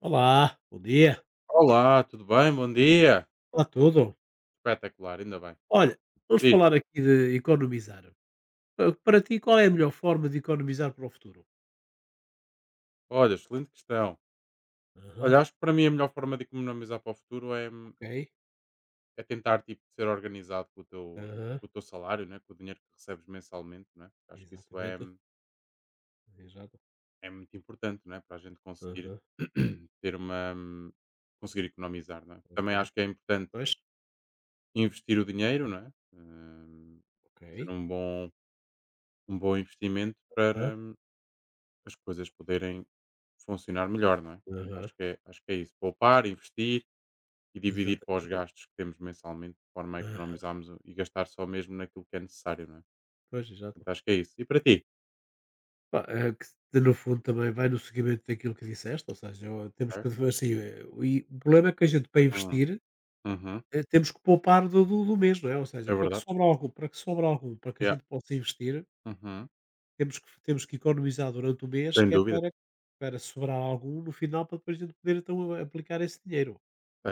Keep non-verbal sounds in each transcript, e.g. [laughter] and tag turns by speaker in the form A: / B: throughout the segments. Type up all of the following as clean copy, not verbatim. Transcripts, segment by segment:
A: Olá, bom dia.
B: Olá, tudo bem? Bom dia.
A: Olá a tudo.
B: Espetacular, ainda bem.
A: Olha, vamos
B: Diz-me,
A: falar aqui de economizar. Para ti, qual é a melhor forma de economizar para o futuro?
B: olha, excelente questão.
A: Aham,
B: Olha, acho que para mim a melhor forma de economizar para o futuro é, hum,
A: ok.
B: é tentar tipo, ser organizado com o teu,
A: Aham,
B: com o teu salário, né? Com o dinheiro que recebes mensalmente. Né? Acho que isso é,
A: exatamente.
B: hum,
A: Exato.
B: é muito importante, né? Para a gente conseguir
A: Aham,
B: [clears throat] ter uma. Conseguir economizar. Né? Também acho
A: ok.
B: que é importante
A: Pois,
B: investir o dinheiro, não é?
A: ok.
B: Fazer um bom investimento
A: Aham,
B: para, as coisas poderem funcionar melhor, não é? Portanto,
A: aham,
B: acho que é isso. Poupar, investir e dividir para os
A: exatamente.
B: gastos que temos mensalmente, de forma a
A: Aham,
B: economizarmos e gastar só mesmo naquilo que é necessário, não é?
A: pois, exato.
B: Portanto, acho que é isso. E para ti?
A: Pá, é que no fundo também vai no seguimento daquilo que disseste, ou seja, temos
B: É.
A: que, assim, o problema é que a gente para
B: Hum.
A: investir.
B: Uhum.
A: Temos que poupar do mês, não é? Ou seja,
B: É
A: para que
B: verdade.
A: sobre algum para que sobre algum, para que a
B: Yeah.
A: gente possa investir,
B: Uhum.
A: temos que economizar durante o mês,
B: Sem
A: que é
B: dúvida.
A: para sobrar algum no final, para depois a gente poder então a aplicar esse dinheiro.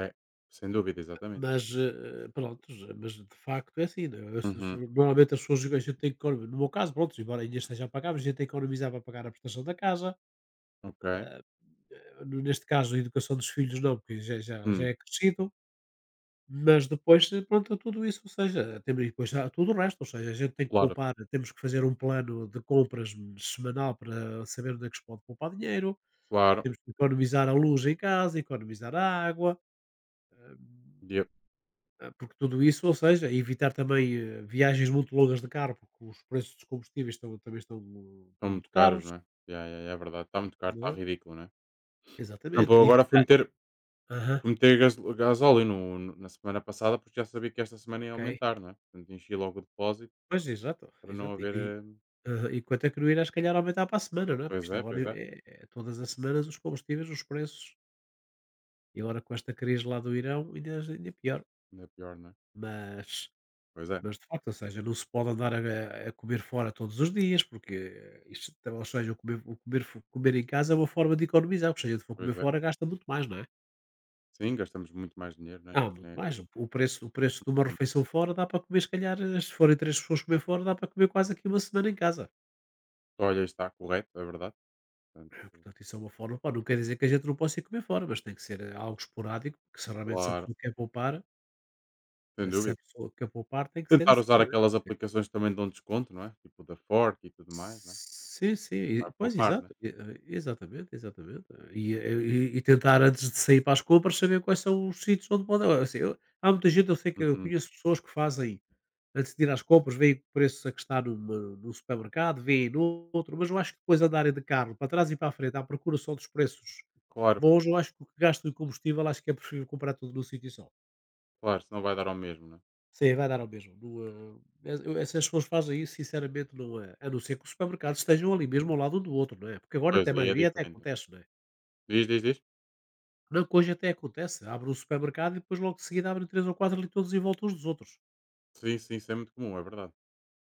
B: É, sem dúvida, exatamente.
A: Mas, prontos, mas de facto é assim, né, eu se
B: Uhum,
A: normalmente as pessoas a gente tem que economizar no meu caso, pronto embora ainda esteja a pagar, mas a gente tem que economizar para pagar a prestação da casa,
B: ok.
A: neste caso a educação dos filhos não, porque já
B: Hum,
A: é crescido. Mas depois, pronto, tudo isso, ou seja, temos e depois há tudo o resto, ou seja, a gente tem que
B: Claro,
A: poupar, temos que fazer um plano de compras semanal para saber onde é que se pode poupar dinheiro,
B: claro.
A: temos que economizar a luz em casa, economizar a água, hum, porque tudo isso, ou seja, evitar também viagens muito longas de carro, porque os preços dos combustíveis estão, também estão, estão
B: Estão muito
A: muito
B: caros,
A: caros,
B: não é? Yeah, yeah, yeah, é verdade. Está muito caro,
A: não
B: está
A: é?
B: ridículo, não é? Por exemplo,
A: Exatamente,
B: eu agora fui
A: evitar.
B: meter,
A: Aham,
B: Fui Meter gasóleo no no na semana passada, porque já sabia que esta semana ia
A: ok.
B: aumentar, não é? Portanto, enchi logo o depósito
A: Pois, exato,
B: para não
A: exato. E
B: haver,
A: que, aham, e quanto a que não irá se calhar aumentar para a semana, não é? Porque
B: pois
A: isto
B: é,
A: agora
B: pois
A: é
B: é.
A: é é todas as semanas os combustíveis, os preços, e agora com esta crise lá do Irão ainda é pior.
B: Ainda é pior, não é?
A: Mas
B: Pois é,
A: mas de facto, ou seja, não se pode andar a comer fora todos os dias, porque isto então, ou seja, o comer em casa é uma forma de economizar, porque se a gente for
B: pois
A: comer
B: é.
A: fora gasta muito mais, não é?
B: Sim, gastamos muito mais dinheiro, não é?
A: Ah, muito
B: Né.
A: mais. O preço de uma
B: Hum.
A: refeição fora dá para comer se calhar, se forem 3 pessoas comer fora, dá para comer quase aqui uma semana em casa.
B: Olha, está correto, é verdade. Portanto,
A: Portanto, isso é uma forma, pá, não quer dizer que a gente não possa ir comer fora, mas tem que ser algo esporádico, porque se realmente se a
B: claro,
A: pessoa quer poupar,
B: sem
A: eh, se a
B: dúvida.
A: pessoa quer poupar, tem que ser
B: Tentar
A: assim.
B: usar aquelas aplicações que também dão desconto, não é? Tipo da Fork e tudo mais, não é?
A: Sim, sim,
B: Vai
A: e pois
B: poupar, não é?
A: exato, e exatamente, exatamente. E tentar antes de sair para as compras saber quais são os sítios onde podem assim, eu há muita gente, eu sei que eu
B: Uhum.
A: conheço pessoas que fazem, antes de ir às compras, veem o preço a que está num supermercado, veem no outro mas eu acho que depois andarem de carro para trás e para a frente à procura só dos preços
B: Claro,
A: bons, eu acho que o que gasto em combustível, acho que é preferível comprar tudo num sítio só.
B: claro, senão vai dar ao mesmo, não é?
A: Sim, vai dar ao mesmo. Não, eu essas pessoas fazem isso, sinceramente, não é a não ser que os supermercados estejam ali mesmo ao lado um do outro, não é? Porque agora
B: Pois,
A: até a
B: aí é
A: maioria até
B: diferente.
A: acontece, não é?
B: Diz, diz, diz?
A: Não, que hoje até acontece. Abre um supermercado e depois logo de seguida abrem três ou quatro ali todos em volta uns dos outros.
B: Sim, sim, isso é muito comum, é verdade.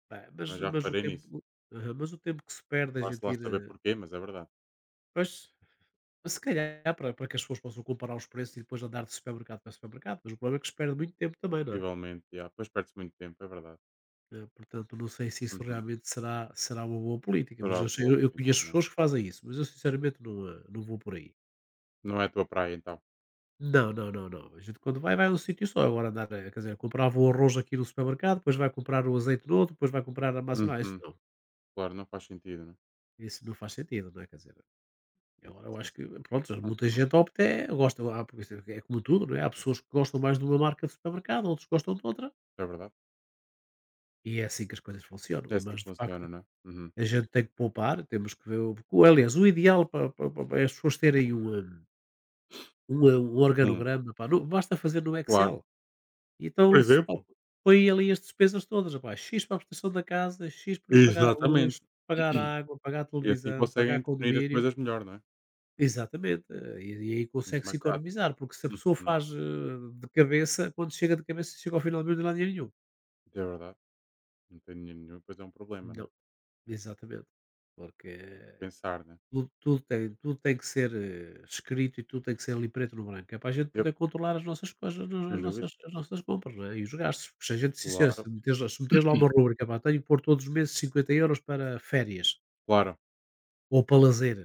A: Pá, mas,
B: Mas já
A: mas,
B: reparei nisso.
A: aham, mas o tempo que se perde a
B: Vá-se
A: gente
B: lá
A: ir.
B: saber porquê, mas é verdade.
A: Pois, mas se calhar para que as pessoas possam comparar os preços e depois andar de supermercado para supermercado, mas o problema é que se perde muito tempo também, não é?
B: Possivelmente, yeah. Depois perde-se muito tempo, é verdade.
A: Portanto, não sei se isso
B: Uhum.
A: realmente será uma boa política, mas
B: Será
A: eu,
B: algo
A: sei-
B: bom,
A: eu- eu conheço
B: não é?
A: pessoas que fazem isso, mas eu sinceramente não, não vou por aí.
B: Não é a tua praia, então.
A: Não, não, não, não. A gente quando vai, vai a um sítio só. Agora andar, quer dizer, comprava o arroz aqui no supermercado, depois vai comprar o azeite no outro, depois vai comprar a massa. Não, isso
B: Uhum.
A: não.
B: Claro, não faz sentido, né?
A: Isso não faz sentido, não é? Quer dizer, agora eu
B: Sim,
A: acho
B: sim.
A: que, pronto, muita
B: Uhum.
A: gente opta, é, gosta, ah, porque isso é como tudo, não é? Há pessoas que gostam mais de uma marca de supermercado, outros gostam de outra,
B: É verdade.
A: e é assim que as coisas funcionam.
B: É assim
A: Mas,
B: que
A: de facto,
B: funciona, não é? Uhum.
A: a gente tem que poupar, temos que ver o aliás, o ideal para pa pa é as pessoas terem um
B: Hum,
A: organograma, pá, no basta fazer no
B: claro.
A: Excel.
B: Por
A: Então se pá,
B: exemplo.
A: põe ali as despesas todas, rapaz, "X" para a prestação da casa, "X" para pagar a luz,
B: Exatamente.
A: pagar a
B: [clears throat]
A: água, pagar a
B: E assim
A: televisão, pagar
B: conseguem definir as
A: condomínio.
B: coisas melhor, não é?
A: Exatamente, e aí
B: Muito
A: consegue-se
B: mais prático.
A: economizar, porque se a pessoa
B: Uhum.
A: faz, de cabeça, quando chega de cabeça, chega ao final do mês não dá dinheiro nenhum.
B: É verdade. Não tem dinheiro nenhum, depois é um problema, não
A: Não,
B: é?
A: exatamente, porque
B: Pensar, né?
A: tudo tem que ser escrito e tudo tem que ser ali preto no branco. É para a gente
B: Yep.
A: poder controlar as nossas coisas, as as
B: Sem dúvida.
A: nossas, as nossas compras, não é? E os gastos. Porque se a gente, se, se,
B: Claro.
A: se meteres, lá- se meteres lá uma rubrica, pá, tenho que pôr todos os meses 50 euros para férias
B: Claro.
A: ou para lazer,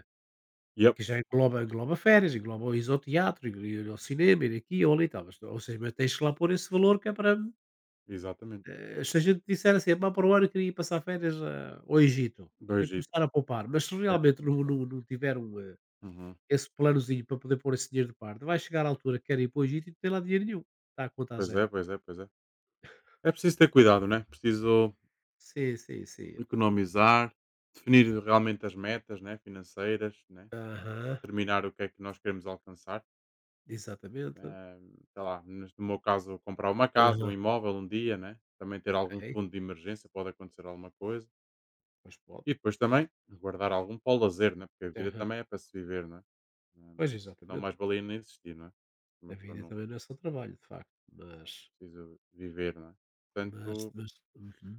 B: Yep.
A: que já engloba férias, engloba o isoteatro, ir ao cinema, ir aqui ou ali. E tal. Mas, ou seja, mas tens que lá pôr esse valor que é para.
B: Exatamente.
A: Se a gente disser assim, pá, para o ano eu queria ir passar férias ah, ao Egito, eu tenho que
B: Beijito.
A: começar a poupar. Mas se
B: Yeah.
A: realmente
B: Mas-
A: não, não, não tiver um.
B: Uhum.
A: Esse planozinho para poder pôr esse dinheiro de parte. Vai chegar a altura que quer ir para o Egito e não tem lá dinheiro nenhum. Está a conta a
B: Pois
A: zero.
B: é, pois é, pois é. É preciso ter cuidado, né? Preciso
A: Sim, sim, sim. É preciso ter-
B: economizar, definir realmente as metas, né? Financeiras, né?
A: Aham,
B: Determinar o que é que nós queremos alcançar.
A: exatamente.
B: Eh, sei lá, no meu caso, comprar uma casa,
A: Aham.
B: um imóvel um dia, né? Também ter algum
A: Ok,
B: fundo de emergência, pode acontecer alguma coisa.
A: mas pronto.
B: E depois também guardar algum para o lazer, né? Porque a vida
A: Aham.
B: também é para se viver, não é? Eh,
A: Pois,
B: Não
A: exatamente.
B: mais valia nem existir, não é?
A: A
B: Uma pessoa
A: vida
B: não
A: também não é só trabalho, de facto. Mas,
B: precisa viver, não é?
A: mas,
B: Portanto,
A: mas, uhum,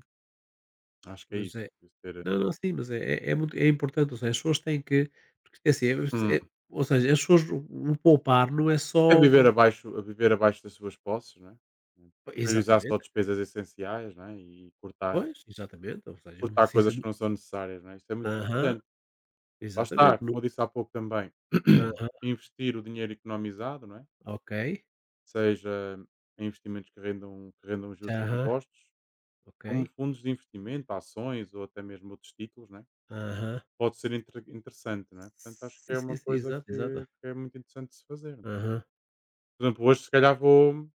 B: acho que é
A: mas
B: isso.
A: é.
B: Preciso ter.
A: Não, não, sim, mas é muito, é importante. Ou seja, as pessoas têm que. Porque, é assim, ou seja, as pessoas. O poupar não é
B: É
A: só.
B: viver
A: O-
B: abaixo, a viver abaixo das suas posses, não é? Priorizar só
A: Exatamente.
B: despesas essenciais, não é? E cortar,
A: Pois, exatamente. Ou seja, não
B: cortar
A: precisa.
B: coisas que
A: De-
B: não são necessárias, não é? Isto é muito
A: Aham.
B: importante. Lá
A: Exatamente,
B: está,
A: no
B: como eu disse há pouco também,
A: aham,
B: investir o dinheiro economizado, não é?
A: ok,
B: Seja em investimentos que rendam juros
A: aham,
B: compostos,
A: ok,
B: como fundos de investimento, ações ou até mesmo outros títulos, não é?
A: aham.
B: Pode ser interessante, não é? Portanto, acho que
A: Sim,
B: é
A: sim,
B: uma
A: sim,
B: coisa que,
A: exato, exato.
B: que é muito interessante de se fazer.
A: Aham,
B: Por exemplo, hoje se calhar vou,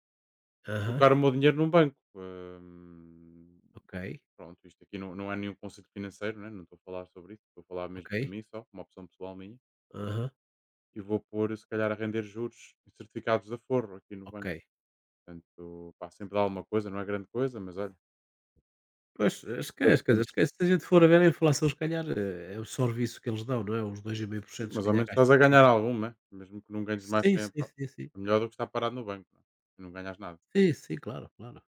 A: aham,
B: colocar o meu dinheiro num banco.
A: ok,
B: Pronto, isto aqui não, não é nenhum conceito financeiro, né? Não estou a falar sobre isso, estou a falar mesmo
A: ok,
B: de mim só, uma opção pessoal minha.
A: aham,
B: E vou pôr, se calhar, a render juros em certificados de aforro aqui no
A: ok.
B: banco. Portanto, pá, sempre dá alguma coisa, não é grande coisa, mas olha,
A: Pois,
B: é o
A: esquece,
B: que
A: quer dizer,
B: temos.
A: esquece, se a gente for a ver a inflação se calhar, é o serviço que eles dão, não é, uns
B: Sim,
A: 2,5% se
B: mas ao
A: calhar que
B: menos
A: acho
B: estás
A: que
B: a
A: eles estão
B: ganhar algum, né? Mesmo que não ganhes mais
A: sim,
B: tempo.
A: sim, sim, sim.
B: É melhor do que estar parado no banco, né? E não ganhas nada.
A: Sim, sim, claro, claro.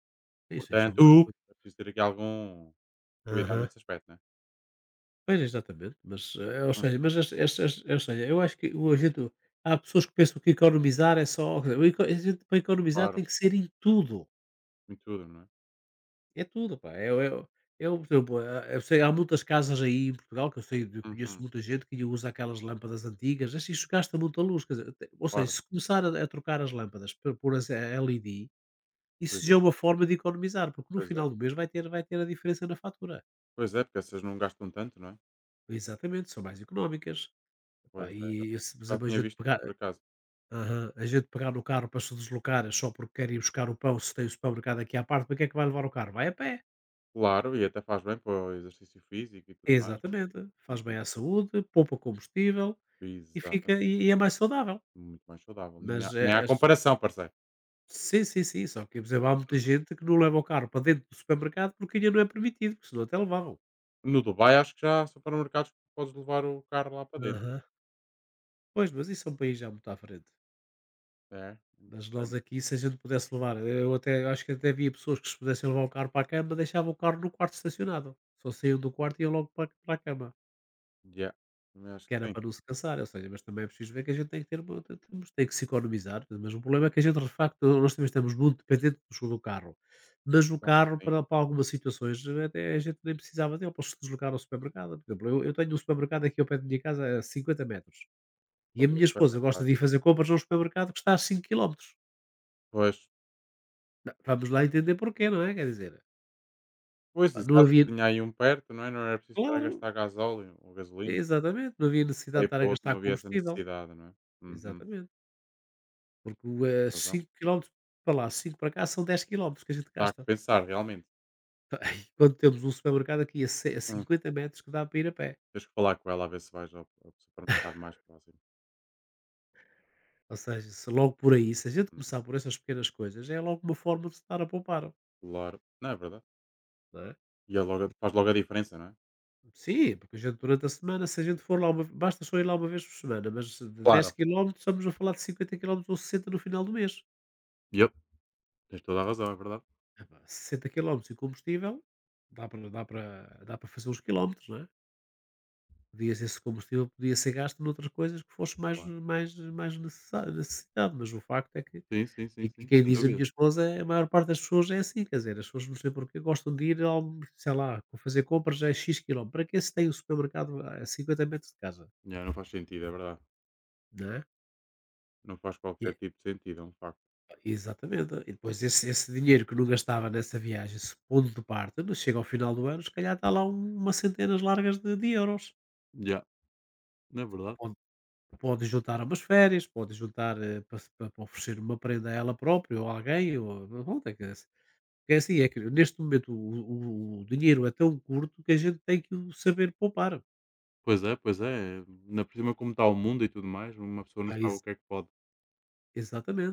A: Sim, sem sombra de
B: Portanto,
A: dúvida.
B: é preciso ter aqui algum cuidado
A: Aham.
B: nesse aspecto, né?
A: Pois, exatamente, mas, ou
B: Hum,
A: seja, mas estas ou seja, eu acho que o a gente há pessoas que pensam que economizar é só quer dizer, o eco a gente para economizar tem
B: Claro,
A: que ser em tudo,
B: em tudo, não é?
A: é tudo pá, é o, por exemplo, há eu sei há muitas casas aí em Portugal que eu sei eu conheço
B: Uhum,
A: muita gente que usa aquelas lâmpadas antigas, assim, isso gasta muita luz, quer dizer, até ou seja,
B: claro,
A: se começar a trocar as lâmpadas por as LED,
B: por
A: isso já é
B: exemplo,
A: uma forma de economizar, porque no
B: pois é.
A: final do mês vai ter a diferença na fatura.
B: Pois é, porque essas não gastam tanto, não é?
A: Exatamente, são mais económicas, epá,
B: Pois é, já
A: e se, por
B: já
A: exemplo, a
B: tinha
A: gente
B: visto isso
A: pegar.
B: por acaso.
A: Aham. A gente pegar no carro para se deslocar é só porque quer ir buscar o pão, se tem o supermercado aqui à parte, para que é que vai levar o carro? Vai a pé.
B: Claro, e até faz bem para o exercício físico e tudo mais. Não
A: Exatamente.
B: é?
A: Faz bem
B: Uhum.
A: à saúde, poupa combustível e fica
B: Exatamente,
A: e é mais saudável.
B: muito mais saudável. Nem
A: Mas
B: há, nem
A: é,
B: há comparação, parceiro.
A: sim, sim, sim. Só que, por exemplo, há muita
B: Uhum.
A: gente que não leva o carro para dentro do supermercado porque ainda não é permitido, porque senão até levavam.
B: No Dubai acho que já há supermercados que podes levar o carro lá para dentro.
A: Aham. Pois, mas isso é um país já muito à frente.
B: É,
A: Mas nós
B: interessante.
A: aqui, se a gente pudesse levar, eu até acho que até havia pessoas que se pudessem levar o carro para a cama, deixavam o carro no quarto estacionado. Só saíam do quarto e iam logo para a cama.
B: Yeah. Também acho
A: Que era
B: que sim.
A: para não se cansar, ou seja, mas também é preciso ver que a gente tem que ter uma te temos tem que se economizar, mas o problema é que a gente de facto nós também estamos muito dependentes do carro, mas o
B: Então,
A: carro
B: sim,
A: para algumas situações até a gente nem precisava dele para se deslocar ao supermercado, por exemplo, eu tenho um supermercado aqui ao pé da minha casa a 50 metros, e a
B: olha,
A: minha esposa gosta
B: espetacular.
A: de ir fazer compras a um supermercado que está a 5 quilómetros.
B: Pois,
A: Não, vamos lá entender porquê, não é? Quer dizer,
B: pois,
A: pá, não
B: exato.
A: havia.
B: Tinha aí um perto, não é? Não era preciso estar a
A: Claro.
B: gastar gasóleo ou gasolina.
A: Exatamente, não havia necessidade
B: Aí
A: de estar a
B: para outro não
A: gastar
B: havia essa
A: combustível.
B: necessidade, não é? Uhum.
A: Exatamente. Porque
B: Razão.
A: 5 km para lá, 5 para cá, são 10 km que a gente
B: Dá a
A: gasta.
B: pensar, realmente.
A: Então, [laughs] quando temos um supermercado aqui a
B: Hum.
A: 50 metros que dá para ir a pé.
B: Tens que falar com ela a ver se vais ao supermercado mais próximo.
A: Ou seja, se logo por aí, se a gente
B: Hum.
A: começar por essas pequenas coisas, é logo uma forma de estar a poupar,
B: Claro. Não é verdade?
A: não é?
B: E é logo, faz logo a diferença, não é?
A: Sim, porque a gente durante a semana, se a gente for lá, uma, basta só ir lá uma vez por semana, mas de 10
B: Claro.
A: km estamos a falar de 50 km ou 60 no final do mês.
B: Yep. Tens toda a razão, é verdade.
A: Epá, 60 km e combustível, dá para fazer uns quilómetros, não é? Podia ser esse combustível, podia ser gasto noutras coisas que fosse mais
B: Claro.
A: mais mais necessa necessidade, mas o facto é que
B: Sim, sim, sim,
A: e que
B: sim.
A: quem
B: Sem
A: diz a
B: dúvida.
A: minha esposa é a maior parte das pessoas, é assim. Quer dizer, as pessoas não sei porquê gostam de ir, ao sei lá, fazer compras a "x" quilómetros para que se tem o supermercado a 50 metros de casa,
B: Já não faz sentido, é verdade.
A: não é?
B: Não faz
A: E
B: qualquer
A: é
B: tipo de sentido, é um facto.
A: Exatamente, e depois esse dinheiro que não gastava nessa viagem, se pondo de parte, não chega ao final do ano, se calhar está lá uma centenas largas de euros.
B: Já não é verdade.
A: Pode juntar umas férias, pode juntar, para se para oferecer uma prenda a ela própria ou a alguém, ou pronto, é assim, é que neste momento o dinheiro é tão curto que a gente tem que o saber poupar.
B: Pois é, pois é. Na por cima como está o mundo e tudo mais, uma pessoa não
A: Ah,
B: sabe o
A: exa
B: que é que pode, o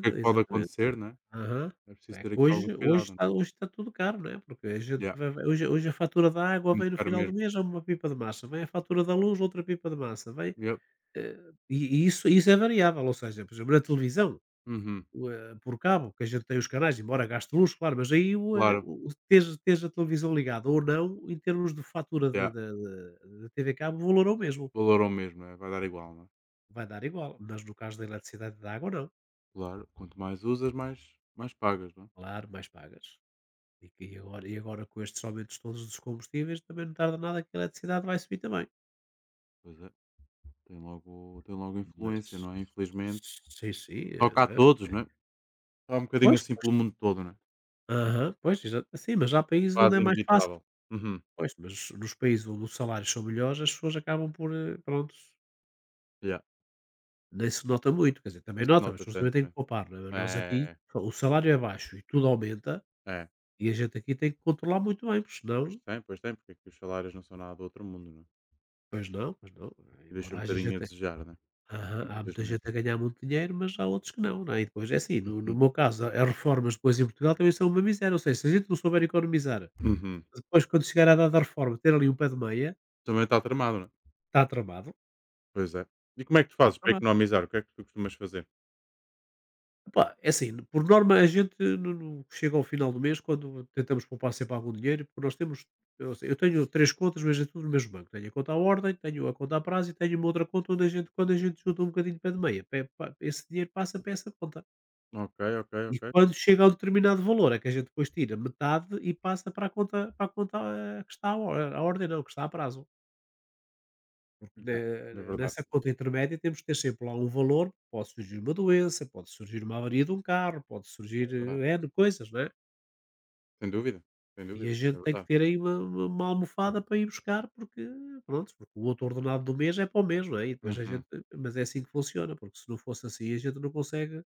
B: que é que pode,
A: exatamente.
B: acontecer, né?
A: Aham.
B: É preciso
A: É que
B: ter aqui algum
A: hoje hoje
B: cuidado, né?
A: está hoje está tudo caro, não é? Porque a gente
B: Ya,
A: vai vai hoje, a fatura da água
B: muito
A: vem no
B: caro
A: final do
B: mesmo.
A: mês, é uma pipa de massa, vem a fatura da luz, outra pipa de massa, vem,
B: Yep.
A: e isso é variável. Ou seja, por exemplo, na televisão
B: Uhum.
A: por cabo, que a gente tem os canais, embora gaste luz, claro. Mas aí
B: Claro.
A: o teres a televisão ligada ou não, em termos de fatura da
B: Já
A: da- da- da TV cabo, o valor é o mesmo.
B: valor ao mesmo, né? Vai dar igual, né?
A: Vai dar igual. Mas no caso da eletricidade e da água, não.
B: Claro, quanto mais usas, mais pagas, não é?
A: Claro, mais pagas. E agora, com estes aumentos todos dos combustíveis, também não tarda nada que a eletricidade vai subir também.
B: Pois é, tem logo influência,
A: Mas,
B: não é? Infelizmente.
A: sim, sim,
B: Toca a
A: não é?
B: todos, não é? Está um bocadinho
A: Pois,
B: assim
A: pois.
B: pelo mundo todo, não é?
A: Aham, pois, exato. Sim, mas há países onde é
B: Quase
A: mais fácil.
B: inevitável. Uhum.
A: Pois, mas nos países onde os salários são melhores, as pessoas acabam por, pronto,
B: Yeah.
A: nem se nota muito. Quer dizer,
B: Não
A: também
B: se
A: nota, mas as
B: nota
A: pessoas também
B: tanto,
A: têm que poupar, não é?
B: não
A: Nós
B: é?
A: aqui,
B: É,
A: o salário é baixo e tudo aumenta,
B: é.
A: e a gente aqui tem que controlar muito bem, porque senão.
B: Pois tem, porque aqui os salários não são nada do outro mundo, não é?
A: Pois não, pois não,
B: E
A: embora
B: deixa um
A: haja
B: bocadinho a
A: gente
B: desejar, não é?
A: a, aham, há muita gente
B: Infelizmente.
A: a ganhar muito dinheiro, mas há outros que não, não é? E depois é assim, no
B: Uhum.
A: meu caso, as reformas depois em Portugal também são uma miséria. Ou seja, se a gente não souber economizar,
B: Uhum.
A: depois quando chegar à data da reforma ter ali um pé de meia,
B: Também está tramado, não é?
A: está tramado,
B: Pois é. E como é que tu
A: está
B: fazes para
A: tramado.
B: economizar? O que é que tu costumas fazer?
A: Epá, é assim. Por norma a gente no no chega ao final do mês, quando tentamos poupar sempre algum dinheiro, porque nós temos, eu se eu tenho 3 contas, mas é tudo no mesmo banco. Tenho a conta à ordem, tenho a conta a prazo e tenho uma outra conta onde a gente quando a gente junta um bocadinho de pé de meia, pe pa esse dinheiro passa para essa conta.
B: Ok, ok,
A: E
B: ok.
A: quando chega a um determinado valor, é que a gente depois tira metade e passa para a conta, que está à ordem, não, que está a prazo. Porque
B: Já. É
A: na
B: verdade,
A: nessa conta intermédia temos que ter sempre lá um valor. Pode surgir uma doença, pode surgir uma avaria de um carro, pode surgir,
B: é verdade.
A: N coisas, né?
B: Sem dúvida, sem
A: E a
B: dúvida,
A: gente
B: é
A: tem que
B: verdade.
A: ter aí uma almofada para ir buscar, porque, pronto, porque o outro ordenado do mês é para o mês, não é? E depois a gente,
B: Uhum.
A: mas é assim que funciona, porque se não fosse assim a gente não consegue,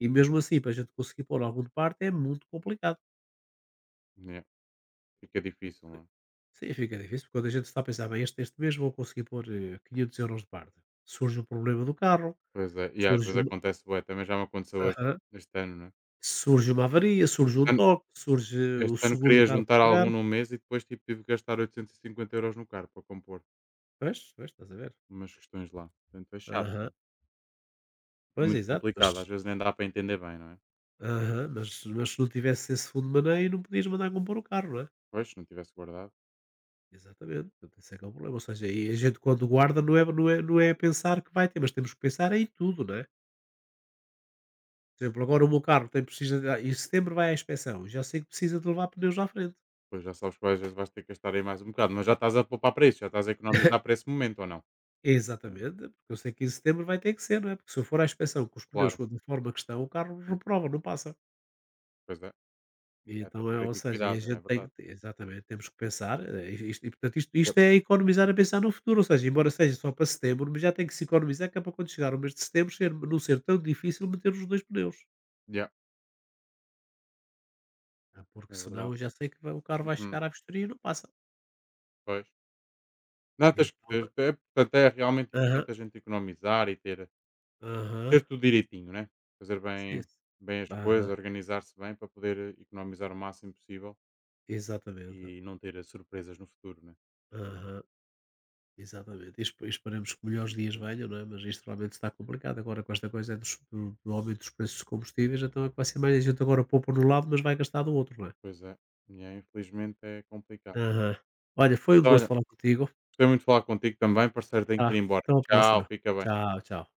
A: e mesmo assim para a gente conseguir pôr algum de parte é muito complicado.
B: Yeah. Fica difícil, não é?
A: Sim, fica difícil, porque quando a gente está a pensar, bem, este mês vou conseguir pôr, 500 € de parte. Surge o problema do carro,
B: Pois é, e às, uhum,
A: surge
B: vezes
A: uma...
B: acontece bué, também já me aconteceu este, ano, não é?
A: surge uma avaria, surge
B: Este
A: um
B: ano,
A: toque, surge o
B: este ano
A: seguro do
B: queria
A: carro para
B: juntar
A: pagar.
B: algum num mês e depois tipo, tive que gastar 850 euros no carro para compor
A: Pois, pois, estás a ver?
B: umas questões lá. Portanto, é chato,
A: Aham.
B: não é? É
A: Pois, é
B: muito
A: exato, mas,
B: complicado, às vezes nem dá para entender bem, não é?
A: aham, mas se não tivesse esse fundo de maneio não podias mandar compor o carro, não é?
B: Pois, se não tivesse guardado,
A: Exatamente, portanto esse é que é o problema. Ou seja, e a gente quando guarda não é pensar que vai ter, mas temos que pensar em tudo, não é? Por exemplo, agora o meu carro tem precisa de em setembro vai à inspeção, já sei que precisa de levar pneus à frente.
B: depois já sabes que às vezes vais ter que gastar aí mais um bocado, mas já estás a poupar para isso, já estás a economizar para esse momento ou não?
A: Exatamente, porque eu sei que em setembro vai ter que ser, não é? Porque se eu for à inspeção com os pneus
B: Claro.
A: de forma que estão, o carro
B: Hum.
A: reprova, não passa.
B: Pois é,
A: E
B: é, tens
A: Então,
B: que
A: é
B: ter
A: ou
B: aqui
A: seja, e a
B: cuidado,
A: gente
B: é
A: tem que,
B: verdade.
A: exatamente, temos que pensar, isto e portanto isto
B: Yep.
A: é economizar a pensar no futuro. Ou seja, embora seja só para setembro, mas já tem que se economizar que é para quando chegar o mês de setembro ser não ser tão difícil meter os dois pneus.
B: Yeah,
A: Ah, porque
B: é
A: senão
B: verdade.
A: eu já sei que vai o carro vai
B: Uhum.
A: chegar à vistoria e não passa.
B: Pois. Não,
A: E
B: tens que
A: então,
B: ter, é portanto, é realmente
A: aham,
B: importante a gente economizar e ter,
A: aham.
B: ter tudo direitinho, né? Fazer
A: Sim,
B: bem
A: s
B: as coisas,
A: aham,
B: organizar-se bem para poder economizar o máximo possível
A: exatamente.
B: e não ter surpresas no futuro, né?
A: Aham. Exatamente. E esperemos que melhores dias
B: Então,
A: venham, não é? Mas isto realmente está complicado agora com esta coisa dos do do aumento dos preços dos combustíveis, então é que vai ser mais. A gente agora poupa de um lado, mas vai gastar do outro, não é?
B: pois é, e é, infelizmente é complicado.
A: Aham. Olha, foi um gosto
B: Olha,
A: falar contigo.
B: gostei muito de falar contigo também, parceiro, tenho
A: Tá,
B: que ir embora.
A: até uma
B: Tchau,
A: próxima.
B: fica bem.
A: Tchau, tchau.